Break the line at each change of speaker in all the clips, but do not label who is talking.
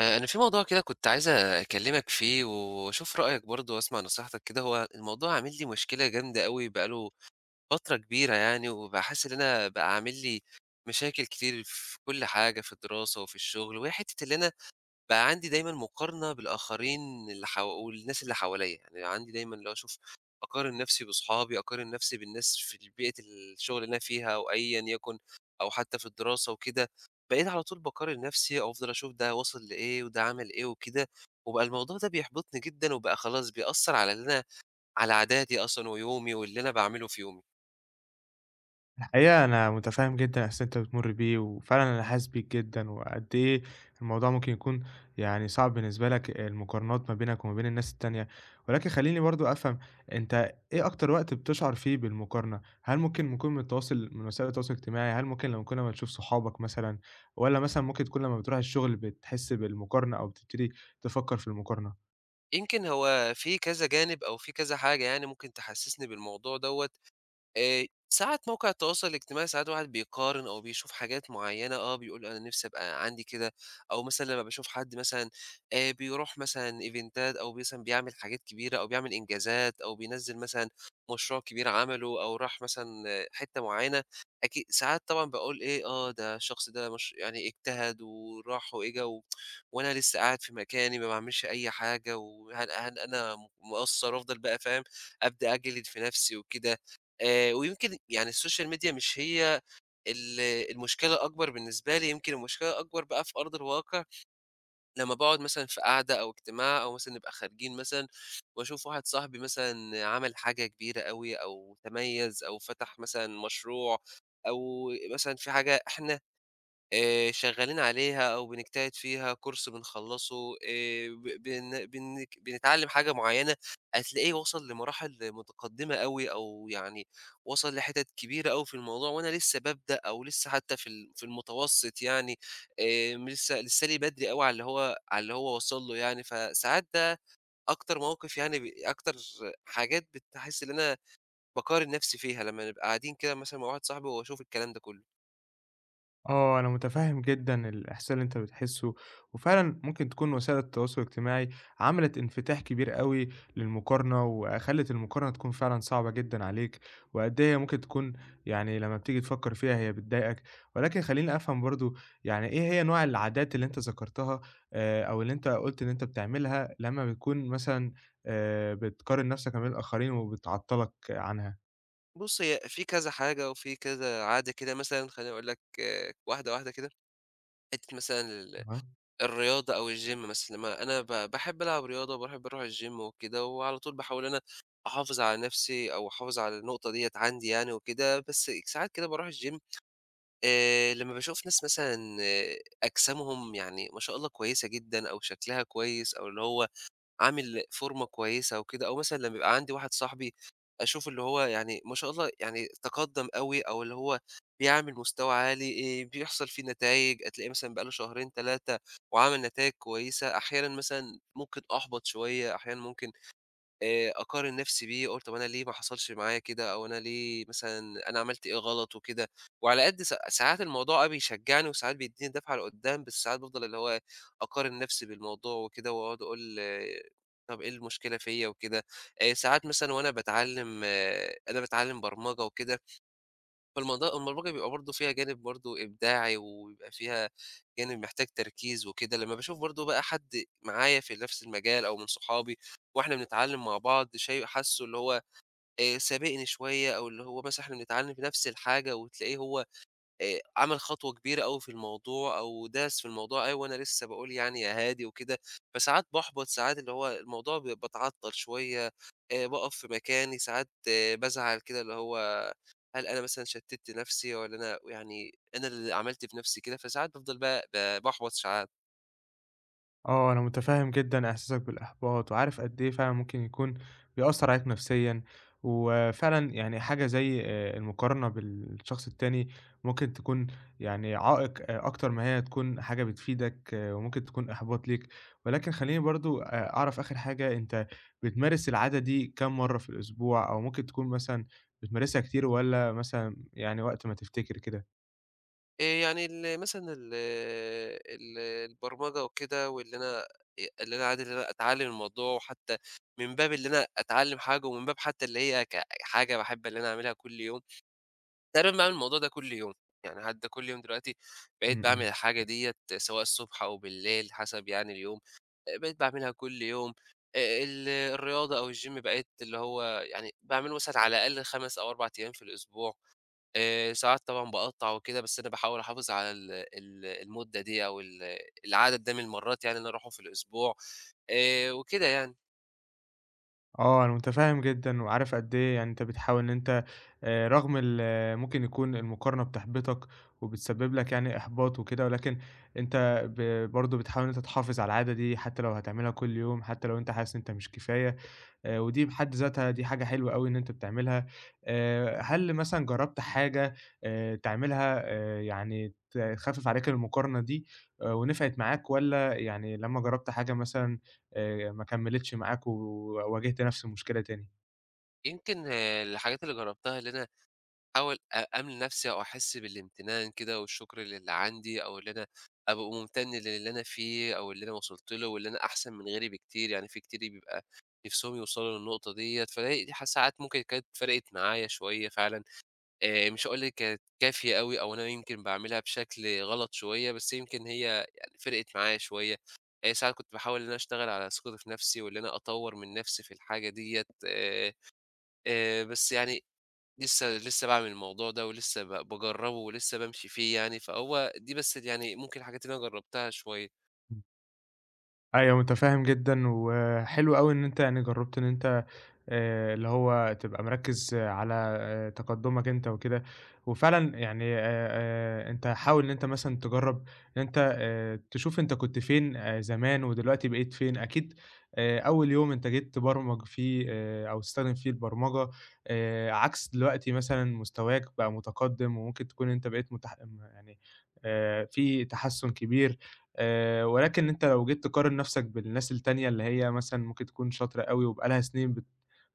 أنا في موضوع كده كنت عايز أكلّمك فيه وأشوف رأيك برضه وأسمع نصيحتك كده. هو الموضوع عامل لي مشكلة جامدة أوي بقى له فترة كبيرة يعني، وباحس إن أنا بقى عامل لي مشاكل كتير في كل حاجة، في الدراسة وفي الشغل. وهي حتّة اللي أنا بقى عندي دايمًا مقارنة بالآخرين اللي حو والناس اللي حواليّا. يعني عندي دايمًا اللي هو أشوف أقارن نفسي باصحابي، أقارن نفسي بالناس في بيئة الشغل اللي أنا فيها أو أيًا يكن، أو حتى في الدراسة وكده. بقيت على طول باقارن نفسي أو أفضل أشوف ده واصل لإيه وده عمل إيه وكده، وبقى الموضوع ده بيحبطني جدًا، وبقى خلاص بيأثّر على اللي أنا على عاداتي أصلًا ويومي واللي أنا باعمله في يومي.
الحقيقة أنا متفهم جدًا إحساس اللي أنت بتمُر بيه، وفعلًا أنا حاسس بيك جدًا، وقد إيه الموضوع ممكن يكون يعني صعب بالنسبة لك المقارنات ما بينك وما بين الناس التانية، ولكن خلّيني برضه أفهم، أنت إيه أكتر وقت بتشعر فيه بالمقارنة؟ هل ممكن يكون من وسائل التواصل الاجتماعي، هل ممكن لمّا كل ما تشوف صحابك مثلًا، والّا مثلًا ممكن تكون لمّا بتروح الشغل بتحس بالمقارنة أو بتبتدي تفكّر في المقارنة؟
يمكن هو في كذا جانب أو في كذا حاجة يعني ممكن تحسسني بالموضوع دوّة. ساعات موقع التواصل الاجتماعي ساعات الواحد بيقارن أو بيشوف حاجات معيّنة، آه بيقول أنا نِفْسي أبقى عندي كده. أو مثلًا لمّا باشوف حد مثلًا بيروح مثلًا إيفنتات أو مثلًا بيعمل حاجات كبيرة أو بيعمل إنجازات أو بينزّل مثلًا مشروع كبير عمله أو راح مثلًا آه، حتّة معيّنة. أكي ساعات طبعًا باقول إيه، آه، ده الشخص ده مش يعني اجتهد وراح وإجا وأنا لسّه قاعد في مكاني ما باعملش أي حاجة، وهل أنا مقصّر، وأفضل بقى فاهم، أبدأ أجلد في نَفْسي وكده. ويمكن يعني السوشيال ميديا مش هي ال المشكلة الأكبر بالنسبة لي، يمكن المشكلة الأكبر بقى في أرض الواقع لمّا باقعد مثلًا في قعدة أو اجتماع أو مثلًا نبقى خارجين مثلًا وأشوف واحد صاحبي مثلًا عمل حاجة كبيرة أوي أو تميّز أو فتح مثلًا مشروع أو مثلًا في حاجة إحنا شغّالين عليها أو بنجتهد فيها، كورس بنخلّصه، ب بن بن بنتعلّم حاجة معيّنة. هتلاقيه وصل لمراحل متقدّمة أوي أو يعني وصل لحِتَت كبيرة أوي في الموضوع، وأنا لسّه بابدأ أو لسّه حتّى في ال في المتوسط يعني. م لسّه لسّه لي بدري أوي على اللي هو وصل له يعني. فساعات ده أكتر موقِف، يعني أكتر حاجات بتحس إن أنا باقارن نَفْسي فيها، لمّا نبقى قاعدين كده مثلًا مع واحد صاحبي وأشوف الكلام ده كُلّه.
آه، أنا متفهم جدًا الإحساس اللي أنت بتحسه، وفعلًا ممكن تكون وسائل التواصل الاجتماعي عملت انفتاح كبير أوي للمقارنة، وخلت المقارنة تكون فعلًا صعبة جدًا عليك، وقد إيه هي ممكن تكون يعني لمّا بتيجي تفكر فيها هي بتضايقك، ولكن خلّيني أفهم برضه، يعني إيه هي نوع العادات اللي أنت ذكرتها، أو اللي أنت قُلت إن أنت بتعملها لمّا بتكون مثلًا بتقارن نفسك ما بين الآخرين وبتعطّلك عنها؟
بُص، هي في كذا حاجة وفي كذا عادة كده، مثلًا خلّيني أقول لك آه، واحدة، واحدة كده. حتّة مثلًا
أها.
الرياضة أو الgym مثلًا، لمّا أنا باحب ألعب رياضة وباحب أروح الgym وكده، وعلى طول باحاول إن أنا أحافظ على نَفْسي أو أحافظ على النقطة ديّة عندي يعني وكده. بس ساعات كده باروح الgym لمّا باشوف ناس مثلًا آه، أجسامهم يعني ما شاء الله كويسة جدًا أو شكلها كويس أو اللي هو عامل فورمة كويسة وكده، أو مثلًا لمّا يبقى عندي واحد صاحبي أشوف اللي هو يعني ما شاء الله يعني تقدّم أوي أو اللي هو بيعمل مستوى عالي، بيحصل فيه نتايج، هتلاقيه مثلًا بقى له شهرين، 3 وعمل نتايج كويسة. أحيانًا مثلًا ممكن أحبط شوية، أحيانًا ممكن أقارن نفسي بيه، أقول طب أنا ليه ما حصلش معايا كده، أو أنا ليه مثلًا أنا عملت إيه غلط وكده. وعلى قد ساعات الموضوع آه بيشجعني، وساعات بيديني دفعة لقدّام، بس ساعات بافضل اللي هو أقارن نفسي بالموضوع وكده، وأقعد أقول آه، طب إيه المشكلة فيّا وكده. ساعات مثلًا وأنا باتعلم أنا باتعلم برمجة وكده، فالموضوع البرمجة بيبقى برضه فيها جانب برضه إبداعي، وبيبقى فيها جانب محتاج تركيز وكده. لمّا باشوف برضه بقى حد معايا في نفس المجال أو من صحابي وإحنا بنتعلم مع بعض شاي حاسه اللي هو سابقني شوية، أو اللي هو مثلًا إحنا بنتعلم في نفس الحاجة وتلاقيه هو عمل خطوة كبيرة أوي في الموضوع أو داس في الموضوع أوي، وأنا لسه باقول يعني يا هادي وكده. فساعات باحبط، ساعات اللي هو الموضوع باتعطّل شوية، باقف في مكاني، ساعات بازعل كده اللي هو هل أنا مثلًا شتِّتت نَفْسي والّا أنا يعني أنا اللي عملت في نَفْسي كده. فساعات بافضل بقى باحبط ساعات.
آه، أنا متفهم جدًا إحساسك بالإحباط، وعارف قد إيه فعلًا ممكن يكون بيأثّر عليك نفسيًا، وفعلًا يعني حاجة زي المقارنة بالشخص التاني ممكن تكون يعني عائق أكتر ما هي تكون حاجة بتفيدك، وممكن تكون إحباط ليك، ولكن خلّيني برضه أعرف آخر حاجة. أنت بتمارس العادة دي كام مرّة في الأسبوع، أو ممكن تكون مثلًا بتمارسها كتير والّا مثلًا يعني وقت ما تفتكر كده؟
يعني مثلًا ال ال البرمجة وكده واللي أنا اللي أنا عادي اللي أنا أتعلّم الموضوع، وحتى من باب اللي أنا أتعلّم حاجة، ومن باب حتى اللي هي حاجة باحب اللي أنا أعملها كل يوم، تقريبًا باعمل الموضوع ده كل يوم. يعني حتى كل يوم دلوقتي
إمم،
بقيت باعمل
إمم.
الحاجة ديّة سواء الصبح أو بالليل حسب يعني اليوم. بقيت باعملها كل يوم. ال الرياضة أو الgym بقيت اللي هو يعني باعمله مثلًا على الأقل 5 أو 4 أيام في الأسبوع. ساعات طبعًا باقطّع وكده، بس أنا باحاول أحافظ على ال ال المدة دي أو العدد ده من المرات يعني اللي أنا أروحهم في الأسبوع وكده يعني.
آه، أنا متفهّم جدًا وعارف قد إيه يعني أنت بتحاول إن أنت رغم ممكن يكون المقارنة بتحبطك وبتسبب لك يعني إحباط وكده، ولكن أنت برضه بتحاول إن أنت تحافظ على العادة دي حتى لو هتعملها كل يوم، حتى لو أنت حاسس إن أنت مش كفاية. ودي بحد ذاتها دي حاجة حلوة أوي إن أنت بتعملها. هل مثلًا جرّبت حاجة تعملها يعني تخفِّف عليك المقارنة دي ونفعت معاك والّا يعني لمّا جرّبت حاجة مثلًا ما كمّلتش معاك وواجهت نفس المشكلة تاني؟
يمكن آه، الحاجات اللي جرّبتها اللي أنا أحاول أملي نَفْسي أو أحس بالامتنان كده والشكر للي عندي أو اللي أنا أبقى ممتن للي أنا فيه أو اللي أنا وصلت له واللي أنا أحسن من غيري بكتير، يعني في كتير بيبقى نِفْسهم يوصلوا للنقطة ديّة، فدي دي ح ساعات ممكن كانت فرقت معايا شوية فعلًا. مش هاقول لِك كانت كافية أوي أو أنا يمكن باعملها بشكل غلط شوية، بس يمكن هي يعني فرقت معايا شوية. ساعات كنت باحاول إن أنا أشتغل على ثقتي في نفسي وإن أنا أطوّر من نفسي في الحاجة ديّة، بس يعني لسه باعمل الموضوع ده ولسه باجرّبه ولسه بامشي فيه يعني، فهو دي بس يعني ممكن الحاجات اللي أنا جرّبتها شوية.
إمم. أيوه، متفهِّم جدًا وحلو أوي إن أنت يعني جرّبت إن أنت اللي هو تبقى مركّز على تقدُّمك أنت وكده، وفعلًا يعني أنت حاول إن أنت مثلًا تجرّب إن أنت تشوف أنت كنت فين زمان ودلوقتي بقيت فين. أكيد أول يوم أنت جيت تبرمج فيه أو تستخدم فيه البرمجة عكس دلوقتي مثلًا مستواك بقى متقدِّم، وممكن تكون أنت بقيت متح م يعني في تحسُّن كبير، ولكن أنت لو جيت تقارن نَفْسك بالناس التانية اللي هي مثلًا ممكن تكون شاطرة أوي وبقى لها سنين بت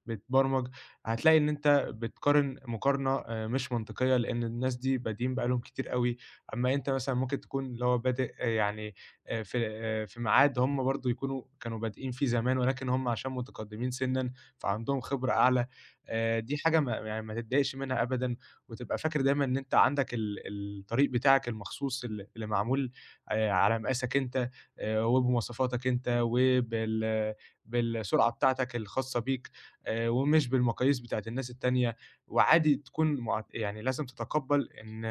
بتبرمج، هتلاقي إن أنت بتقارن مقارنة مش منطقية، لإن الناس دي بادئين بقى لهم كتير أوي، أمّا أنت مثلًا ممكن تكون اللي هو بادئ، يعني في ميعاد هم برضه يكونوا كانوا بادئين فيه زمان، ولكن هم عشان متقدمين سنًا فعندهم خبرة أعلى. دي حاجة ما يعني ما تتضايقش منها أبدًا، وتبقى فاكر دايمًا إن أنت عندك الطريق بتاعك المخصوص، اللي معمول على مقاسك أنت وبمواصفاتك أنت، وبال آه، بالسرعة بتاعتك الخاصة بيك. ومش بالمقاييس بتاعة الناس التانية، وعادي تكون مع، يعني لازم تتقبّل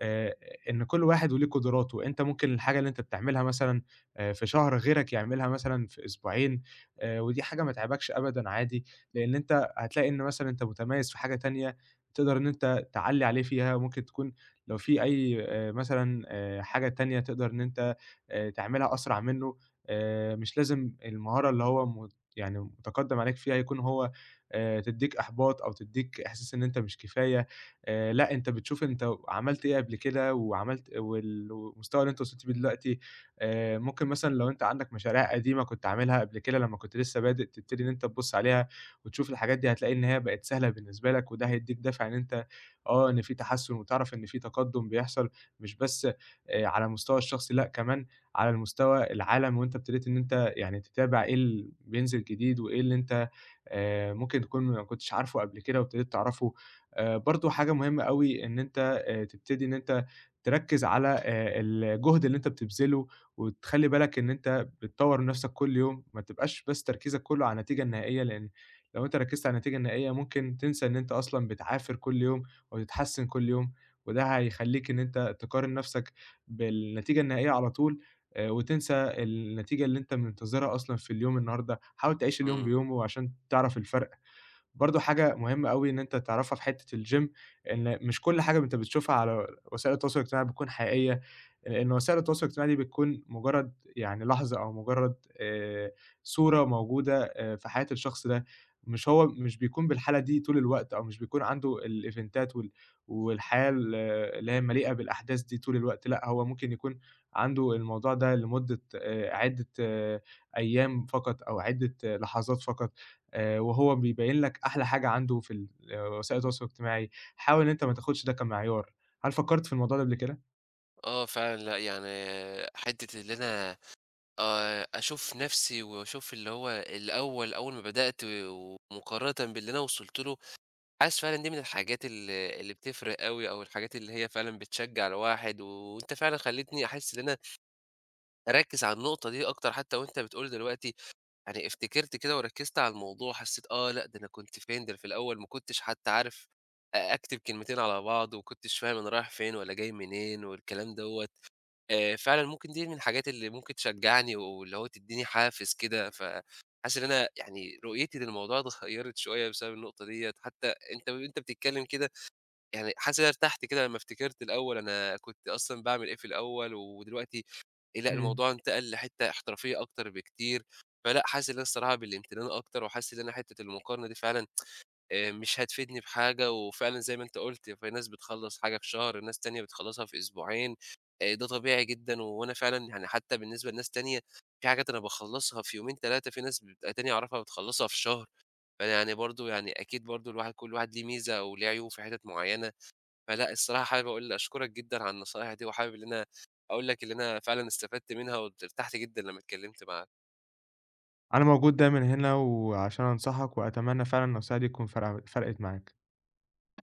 آآ إن كل واحد وليه قدراته. أنت ممكن الحاجة اللي أنت بتعملها مثلًا في شهر غيرك يعملها مثلًا في أسبوعين. ودي حاجة ما تعيبكش أبدًا عادي، لإن أنت هتلاقي إن مثلًا أنت متميز في حاجة تانية تقدر إن أنت تعلّي عليه فيها، ممكن تكون لو في أي مثلًا حاجة تانية تقدر إن أنت تعملها أسرع منه. مش لازم المهارة اللي هو يعني متقدّم عليك فيها يكون هو تدّيك إحباط أو تدّيك إحساس إن أنت مش كفاية. لأ، أنت بتشوف أنت عملت إيه قبل كده وعملت والمستوى اللي أنت وصلت بيه دلوقتي. ممكن مثلًا لو أنت عندك مشاريع قديمة كنت عاملها قبل كده لمّا كنت لسه بادئ، تبتدي إن أنت تبُص عليها وتشوف الحاجات دي، هتلاقي إن هي بقت سهلة بالنسبة لك، وده هيدّيك دافع إن أنت، إن في تحسُّن وتعرف إن في تقدُّم بيحصل، مش بس على المستوى الشخصي، لأ كمان على المستوى العالم. وأنت ابتديت إن أنت يعني تتابع إيه اللي بينزل جديد وإيه اللي أنت ممكن تكون ما كنتش عارفه قبل كده وابتديت تعرفه. برضه حاجة مهمة أوي إن أنت تبتدي إن أنت تركّز على الجهد اللي أنت بتبذله، وتخلّي بالك إن أنت بتطوّر من نَفْسك كل يوم، ما تبقاش بس تركيزك كُلّه على النتيجة النهائية، لإن لو أنت ركّزت على النتيجة النهائية ممكن تنسى إن أنت أصلًا بتعافر كل يوم وتتحسّن كل يوم، وده هيخلّيك إن أنت تقارن نَفْسك بالنتيجة النهائية على طول وتنسى ده النتيجة اللي أنت منتظرها أصلًا في اليوم النهارده. حاول تعيش اليوم
إمم.
بيومه عشان تعرف الفرق. برضه حاجة مهمة أوي إن أنت تعرفها في حتّة الgym، إن مش كل حاجة أنت بتشوفها على وسائل التواصل الاجتماعي بتكون حقيقية، لإن وسائل التواصل الاجتماعي دي بتكون مجرّد يعني لحظة أو مجرّد آآ صورة موجودة في حياة الشخص ده. مش هو مش بيكون بالحالة دي طول الوقت أو مش بيكون عنده الإيفنتات والحياة اللي هي مليئة بالأحداث دي طول الوقت، لأ هو ممكن يكون عنده الموضوع ده لمدة عدّة أيام فقط أو عدّة لحظات فقط. وهو بيبيّن لك أحلى حاجة عنده في ال آه، وسائل التواصل الاجتماعي. حاول إن أنت ما تاخدش ده كمعيار. هل فكّرت في الموضوع ده قبل كده؟
آه فعلًا لأ، يعني حتّة اللي أنا أشوف نفسي وأشوف اللي هو الأول أول ما بدأت ومقارنةً باللي أنا وصلت له، حاسس فعلًا دي من الحاجات اللي بتفرق أوي، أو الحاجات اللي هي فعلًا بتشجّع الواحد، وأنت فعلًا خلّيتني أحس إن أنا أركّز على النقطة دي أكتر حتى وأنت بتقول دلوقتي. يعني افتكرت كده وركّزت على الموضوع، حسّيت آه لأ، ده أنا كنت فين، ده أنا في الأول ما كنتش حتى عارف أكتب كلمتين على بعض، وما كنتش فاهم أنا رايح فين والّا جاي منين والكلام دوّة. فعلًا ممكن دي من الحاجات اللي ممكن تشجّعني، واللي هو تدّيني حافز كده. فحاسس إن أنا يعني رؤيتي للموضوع اتغيّرت شوية بسبب النقطة ديّة، حتى أنت وأنت بتتكلّم كده يعني حاسس إن أنا ارتحت كده لمّا افتكرت الأول أنا كنت أصلًا باعمل إيه في الأول، ودلوقتي لأ
إمم.
الموضوع انتقل لحتّة احترافية أكتر بكتير. فلأ حاسس إن أنا الصراحة بالامتنان أكتر، وحاسس إن أنا حتّة المقارنة دي فعلًا مش هتفيدني بحاجة. وفعلًا زي ما أنت قُلت في ناس بتخلّص حاجة في شهر، ناس تانية بتخلّصها في أسبوعين، ده طبيعي جدًا. وأنا فعلًا يعني حتّى بالنسبة لناس تانية في حاجات أنا باخلّصها في يومين 3، في ناس تانية أعرفها بتخلّصها في شهر. فأنا يعني برضه يعني أكيد برضه الواحد كل واحد ليه ميزة وليه عيوب في حتت معيّنة. فلأ، الصراحة حابب أقول أشكرك جدًا على النصايح دي، وحابب إن أنا أقول لك إن أنا فعلًا استفدت منها، وارتحت جدًا لمّا اتكلمت معاك.
أنا موجود دايمًا هنا وعشان أنصحك وأتمنى فعلًا النصيحة دي تكون فرقِت معاك.